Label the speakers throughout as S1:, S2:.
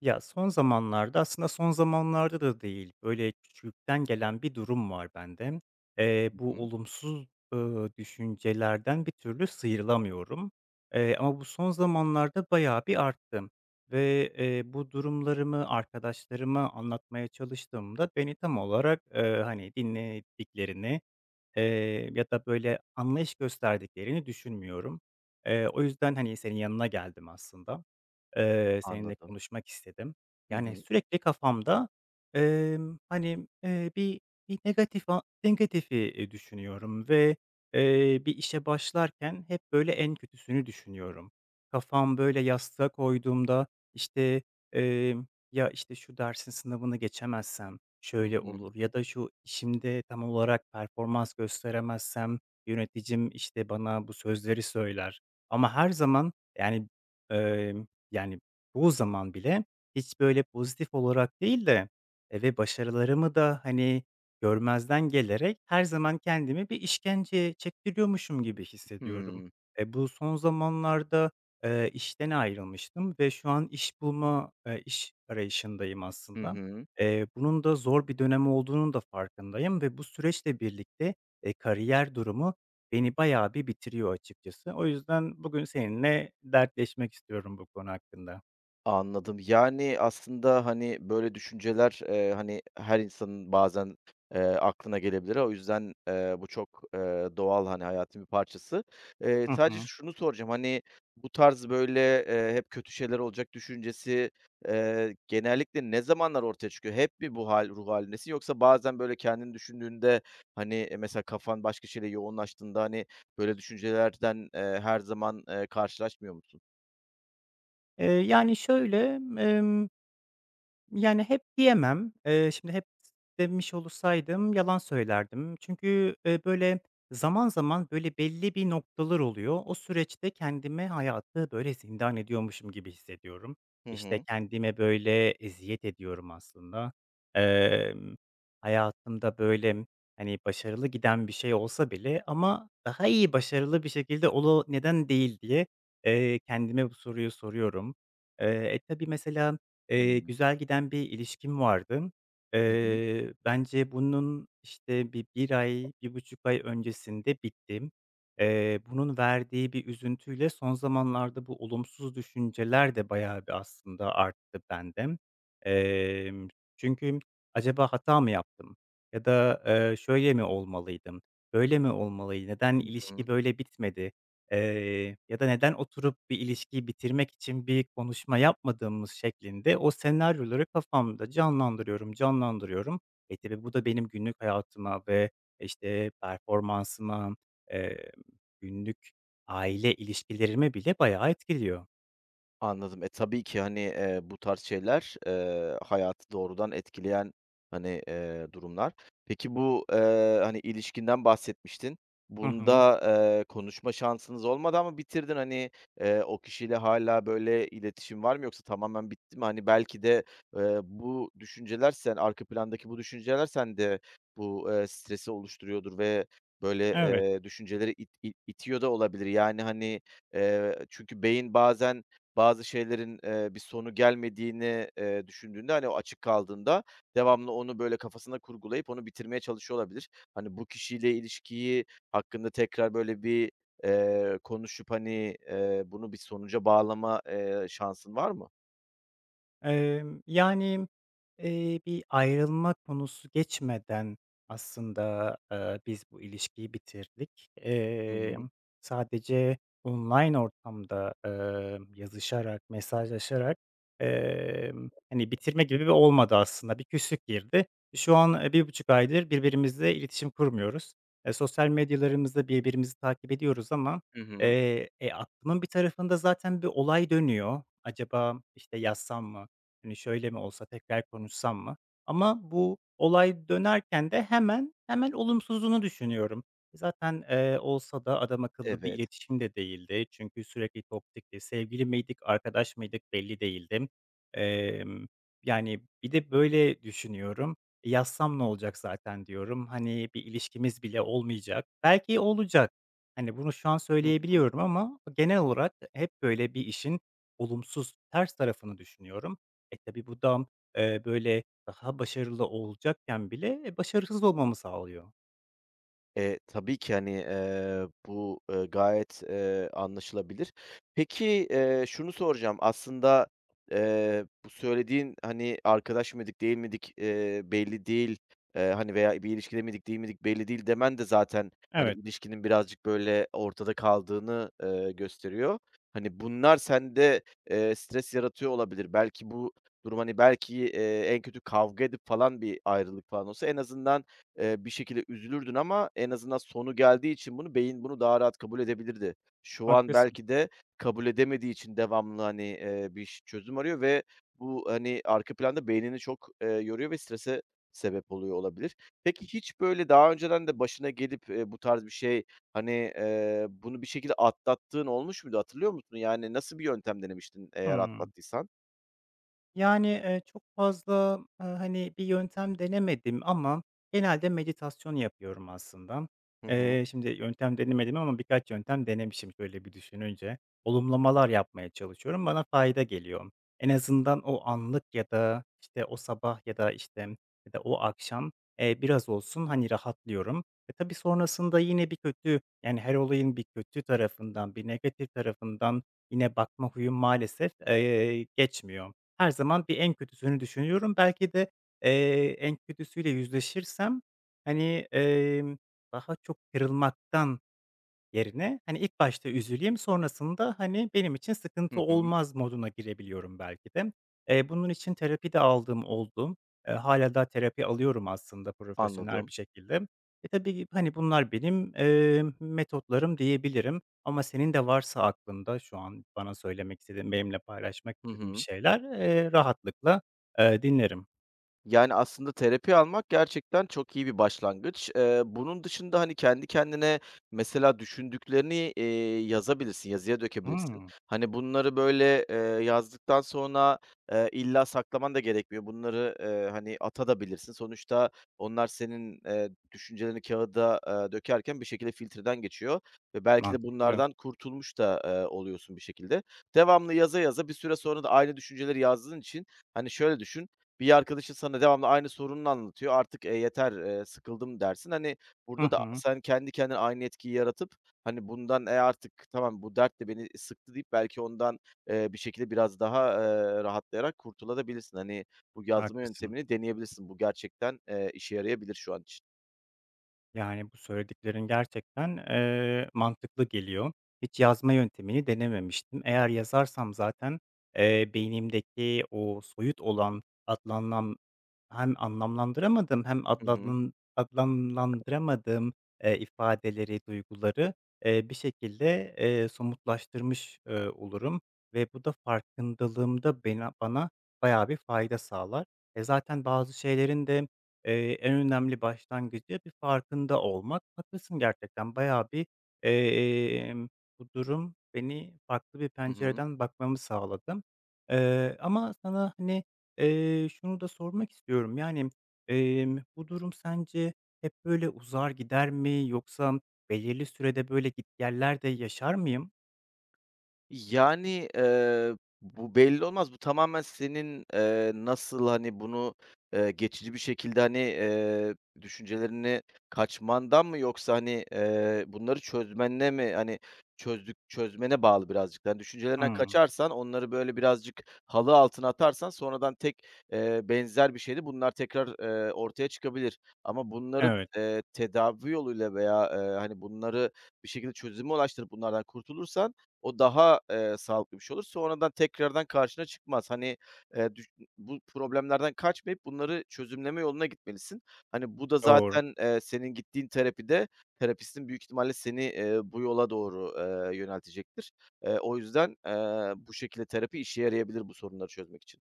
S1: Ya, son zamanlarda, aslında son zamanlarda da değil, böyle, küçüklükten gelen bir durum var bende.
S2: Hı
S1: Bu
S2: hı.
S1: olumsuz, düşüncelerden bir türlü sıyrılamıyorum. Ama bu son zamanlarda bayağı bir arttı ve, bu durumlarımı arkadaşlarıma anlatmaya çalıştığımda beni tam olarak, hani, dinlediklerini, ya da, böyle, anlayış gösterdiklerini düşünmüyorum. O yüzden, hani, senin yanına geldim aslında. Seninle
S2: Anladım.
S1: konuşmak istedim.
S2: Hı
S1: Yani,
S2: hı.
S1: sürekli kafamda, hani, bir negatifi, düşünüyorum ve, bir işe başlarken hep böyle en kötüsünü düşünüyorum. Kafam böyle yastığa koyduğumda, işte, emm, ya, işte, şu dersin sınavını geçemezsem
S2: Hı
S1: şöyle
S2: hı.
S1: olur ya da şu işimde tam olarak performans gösteremezsem yöneticim, işte, bana bu sözleri söyler ama her zaman, yani, emm yani, çoğu zaman bile hiç, böyle, pozitif olarak değil de, ve başarılarımı da, hani, görmezden gelerek her zaman kendimi bir işkenceye çektiriyormuşum gibi hissediyorum.
S2: Hımm.
S1: E, bu son zamanlarda, işten ayrılmıştım ve şu an iş arayışındayım
S2: Hı
S1: aslında.
S2: hı.
S1: Bunun da zor bir dönem olduğunun da farkındayım ve bu süreçle birlikte, kariyer durumu beni bayağı bir bitiriyor açıkçası. O yüzden bugün seninle dertleşmek istiyorum bu konu hakkında.
S2: Anladım. Yani, aslında, hani, böyle düşünceler, hani, her insanın bazen, aklına gelebilir. O yüzden, bu çok, doğal, hani, hayatın bir parçası.
S1: Hı
S2: Sadece
S1: hı.
S2: şunu soracağım, hani, bu tarz, böyle, hep kötü şeyler olacak düşüncesi, genellikle ne zamanlar ortaya çıkıyor? Hep mi bu ruh hâlindesin yoksa bazen, böyle, kendini düşündüğünde, hani, mesela kafan başka şeyle yoğunlaştığında, hani, böyle düşüncelerden, her zaman, karşılaşmıyor musun?
S1: Yani şöyle. Yani, hep diyemem. Şimdi hep demiş olursaydım yalan söylerdim. Çünkü, böyle, zaman zaman, böyle, belli bir noktalar oluyor. O süreçte kendime hayatı, böyle, zindan ediyormuşum gibi hissediyorum.
S2: Hı
S1: İşte,
S2: hı.
S1: kendime, böyle, eziyet ediyorum aslında. Emm, Hayatımda, böyle, hani, başarılı giden bir şey olsa bile ama daha iyi başarılı bir şekilde ola neden değil diye, kendime bu soruyu soruyorum. Tabii, mesela, güzel giden bir ilişkim vardı.
S2: Hı hı.
S1: Bence bunun, işte, 1 ay, bir buçuk ay öncesinde bitti. Bunun verdiği bir üzüntüyle son zamanlarda bu olumsuz düşünceler de bayağı bir aslında arttı bende. Emm, Çünkü acaba hata mı yaptım ya da, şöyle mi olmalıydım, böyle mi olmalıydı, neden
S2: Hı
S1: ilişki
S2: hı.
S1: böyle bitmedi? Ya da neden oturup bir ilişkiyi bitirmek için bir konuşma yapmadığımız şeklinde o senaryoları kafamda canlandırıyorum, canlandırıyorum. E, tabii bu da benim günlük hayatıma ve, işte, performansıma, eee, günlük aile ilişkilerime bile bayağı etkiliyor.
S2: Anladım. E, tabii ki, hani, bu tarz şeyler, hayatı doğrudan etkileyen, hani, durumlar. Peki bu, hani, ilişkinden bahsetmiştin.
S1: Hı hı.
S2: Bunda, konuşma şansınız olmadı ama bitirdin? Hani, o kişiyle hala böyle, iletişim var mı yoksa tamamen bitti mi? Hani, belki de, bu düşünceler sen arka plandaki bu düşünceler sende bu, stresi oluşturuyordur ve, böyle,
S1: Evet.
S2: düşünceleri it it itiyor da olabilir. Yani, hani, çünkü beyin bazen bazı şeylerin, bir sonu gelmediğini, düşündüğünde, hani, o açık kaldığında devamlı onu, böyle, kafasında kurgulayıp onu bitirmeye çalışıyor olabilir. Hani, bu kişiyle ilişkiyi hakkında tekrar, böyle, bir, konuşup, hani, bunu bir sonuca bağlama, şansın var mı?
S1: Yani, bir ayrılma konusu geçmeden aslında, biz bu ilişkiyi bitirdik.
S2: Hı hı.
S1: Sadece online ortamda, yazışarak, mesajlaşarak, hani, bitirme gibi bir olmadı aslında. Bir küslük girdi. Şu an, bir buçuk aydır birbirimizle iletişim kurmuyoruz. Sosyal medyalarımızda birbirimizi takip ediyoruz ama,
S2: Hı hı.
S1: aklımın bir tarafında zaten bir olay dönüyor. Acaba, işte, yazsam mı? Hani, şöyle mi olsa, tekrar konuşsam mı? Ama bu olay dönerken de hemen hemen olumsuzunu düşünüyorum. Zaten, olsa da adam akıllı bir
S2: Evet.
S1: iletişim de değildi. Çünkü sürekli toktikti. Sevgili miydik, arkadaş mıydık belli değildi. Emm, Yani, bir de böyle düşünüyorum. E, yazsam ne olacak zaten diyorum. Hani, bir ilişkimiz bile olmayacak. Belki olacak. Hani, bunu şu an
S2: Hı hı.
S1: söyleyebiliyorum ama genel olarak hep böyle bir işin olumsuz, ters tarafını düşünüyorum. E, tabi bu da, böyle, daha başarılı olacakken bile, başarısız olmamı sağlıyor.
S2: Tabii ki, hani, bu, gayet, anlaşılabilir. Peki, şunu soracağım. Aslında, bu söylediğin, hani, arkadaş mıydık, değil miydik, belli değil, hani, veya bir ilişkide miydik, değil miydik belli değil demen de zaten, hani,
S1: Evet,
S2: ilişkinin birazcık, böyle, ortada kaldığını, gösteriyor. Hani, bunlar sende, stres yaratıyor olabilir. Belki bu durum, hani, belki, en kötü kavga edip falan bir ayrılık falan olsa en azından, bir şekilde üzülürdün ama en azından sonu geldiği için beyin bunu daha rahat kabul edebilirdi. Şu an
S1: haklısın.
S2: belki de kabul edemediği için devamlı, hani, bir çözüm arıyor ve bu, hani, arka planda beynini çok, yoruyor ve strese sebep oluyor olabilir. Peki hiç böyle daha önceden de başına gelip, bu tarz bir şey, hani, bunu bir şekilde atlattığın olmuş muydu? Hatırlıyor musun? Yani nasıl bir yöntem denemiştin eğer
S1: Hıı.
S2: atlattıysan?
S1: Yani, çok fazla, hani, bir yöntem denemedim ama genelde meditasyon yapıyorum aslında.
S2: Hı hı.
S1: Şimdi yöntem denemedim ama birkaç yöntem denemişim şöyle bir düşününce. Olumlamalar yapmaya çalışıyorum, bana fayda geliyor. En azından o anlık ya da, işte, o sabah ya da, işte, ya da o akşam, biraz olsun, hani, rahatlıyorum. E, tabii sonrasında yine bir kötü, yani, her olayın bir kötü tarafından, bir negatif tarafından yine bakma huyum maalesef, geçmiyor. Her zaman bir en kötüsünü düşünüyorum. Belki de, en kötüsüyle yüzleşirsem, hani, emm, daha çok kırılmaktan yerine, hani, ilk başta üzüleyim, sonrasında, hani, benim için sıkıntı
S2: Hı hı.
S1: olmaz moduna girebiliyorum belki de. Bunun için terapi de aldığım oldu. Hâlâ daha terapi alıyorum aslında profesyonel
S2: Anladım.
S1: bir şekilde. E, tabii, hani, bunlar benim, metotlarım diyebilirim ama senin de varsa aklında şu an bana söylemek istediğin, benimle paylaşmak
S2: Hı
S1: istediğin bir
S2: hı.
S1: şeyler, rahatlıkla, dinlerim.
S2: Yani, aslında terapi almak gerçekten çok iyi bir başlangıç. Bunun dışında, hani, kendi kendine mesela düşündüklerini, yazabilirsin, yazıya dökebilirsin.
S1: Hımm,
S2: Hani, bunları, böyle, yazdıktan sonra, illa saklaman da gerekmiyor. Bunları, hani, atabilirsin. Sonuçta onlar senin, düşüncelerini kağıda dökerken bir şekilde filtreden geçiyor ve belki de
S1: mantıklı.
S2: bunlardan kurtulmuş da, oluyorsun bir şekilde. Devamlı yaza yaza bir süre sonra da aynı düşünceleri yazdığın için, hani, şöyle düşün, bir arkadaşın sana devamlı aynı sorununu anlatıyor. Artık, yeter, sıkıldım dersin. Hani,
S1: Hı
S2: burada da
S1: hı,
S2: sen kendi kendine aynı etkiyi yaratıp, hani, bundan, "E, artık tamam bu dert de beni sıktı." deyip belki ondan, bir şekilde biraz daha, rahatlayarak kurtulabilirsin. Hani, bu yazma
S1: haklısın.
S2: yöntemini deneyebilirsin. Bu gerçekten, işe yarayabilir şu an için.
S1: Yani, bu söylediklerin gerçekten, mantıklı geliyor. Hiç yazma yöntemini denememiştim. Eğer yazarsam zaten, beynimdeki o soyut olan hem anlamlandıramadığım hem
S2: Hı hı.
S1: adlamlandıramadığım, ifadeleri, duyguları, bir şekilde, somutlaştırmış, olurum ve bu da farkındalığımda bana bayağı bir fayda sağlar. E, zaten bazı şeylerin de en önemli başlangıcı bir farkında olmak. Haklısın gerçekten bayağı bir, emm, bu durum beni farklı bir
S2: Hı hı.
S1: pencereden bakmamı sağladı. Ama sana, hani, şunu da sormak istiyorum. Yani, bu durum sence hep böyle uzar gider mi yoksa belirli sürede böyle gitgeller de yaşar mıyım?
S2: Yani, bu belli olmaz. Bu tamamen senin, nasıl, hani, bunu, geçici bir şekilde, hani, düşüncelerini kaçmandan mı yoksa, hani, bunları çözmenle mi, hani, çözmene bağlı birazcık da. Hani, düşüncelerinden
S1: Hımm.
S2: kaçarsan, onları böyle birazcık halı altına atarsan sonradan benzer bir şeyde bunlar tekrar, ortaya çıkabilir. Ama bunları,
S1: Evet,
S2: tedavi yoluyla veya, hani, bunları bir şekilde çözüme ulaştırıp bunlardan kurtulursan o daha, sağlıklı bir şey olur. Sonradan tekrardan karşına çıkmaz. Hani, eee, düş bu problemlerden kaçmayıp bunları çözümleme yoluna gitmelisin. Hani, bu da
S1: doğru.
S2: zaten, senin gittiğin terapide terapistin büyük ihtimalle seni, bu yola doğru, yöneltecektir. O yüzden, bu şekilde terapi işe yarayabilir bu sorunları çözmek için.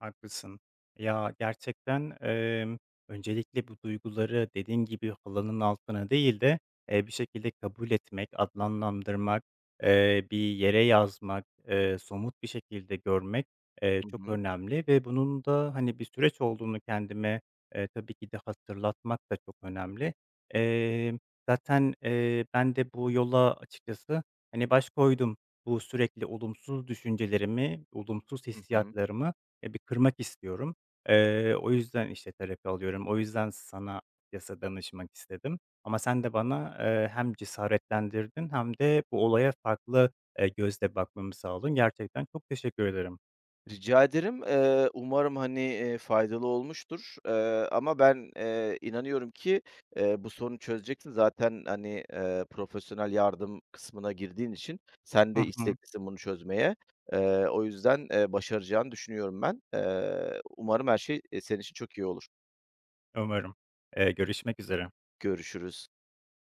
S1: Haklısın. Ya, gerçekten, öncelikle bu duyguları dediğin gibi halının altına değil de, bir şekilde kabul etmek, adlandırmak, bir yere yazmak, somut bir şekilde görmek,
S2: Hı
S1: çok
S2: hı.
S1: önemli ve bunun da, hani, bir süreç olduğunu kendime, tabii ki de hatırlatmak da çok önemli. Emm, Zaten, ben de bu yola açıkçası, hani, baş koydum. Bu sürekli olumsuz düşüncelerimi, olumsuz
S2: Hı hı.
S1: hissiyatlarımı ya, bir kırmak istiyorum. O yüzden, işte, terapi alıyorum. O yüzden sana açıkçası danışmak istedim. Ama sen de bana, hem cesaretlendirdin hem de bu olaya farklı, gözle bakmamı sağladın. Gerçekten çok teşekkür ederim.
S2: Rica ederim. Umarım, hani, faydalı olmuştur, ama ben, inanıyorum ki, bu sorunu çözeceksin. Zaten, hani, profesyonel yardım kısmına girdiğin için sen
S1: Hı
S2: de
S1: hı.
S2: isteklisin bunu çözmeye. O yüzden, başaracağını düşünüyorum ben. Umarım her şey, senin için çok iyi olur.
S1: Umarım. Görüşmek üzere.
S2: Görüşürüz.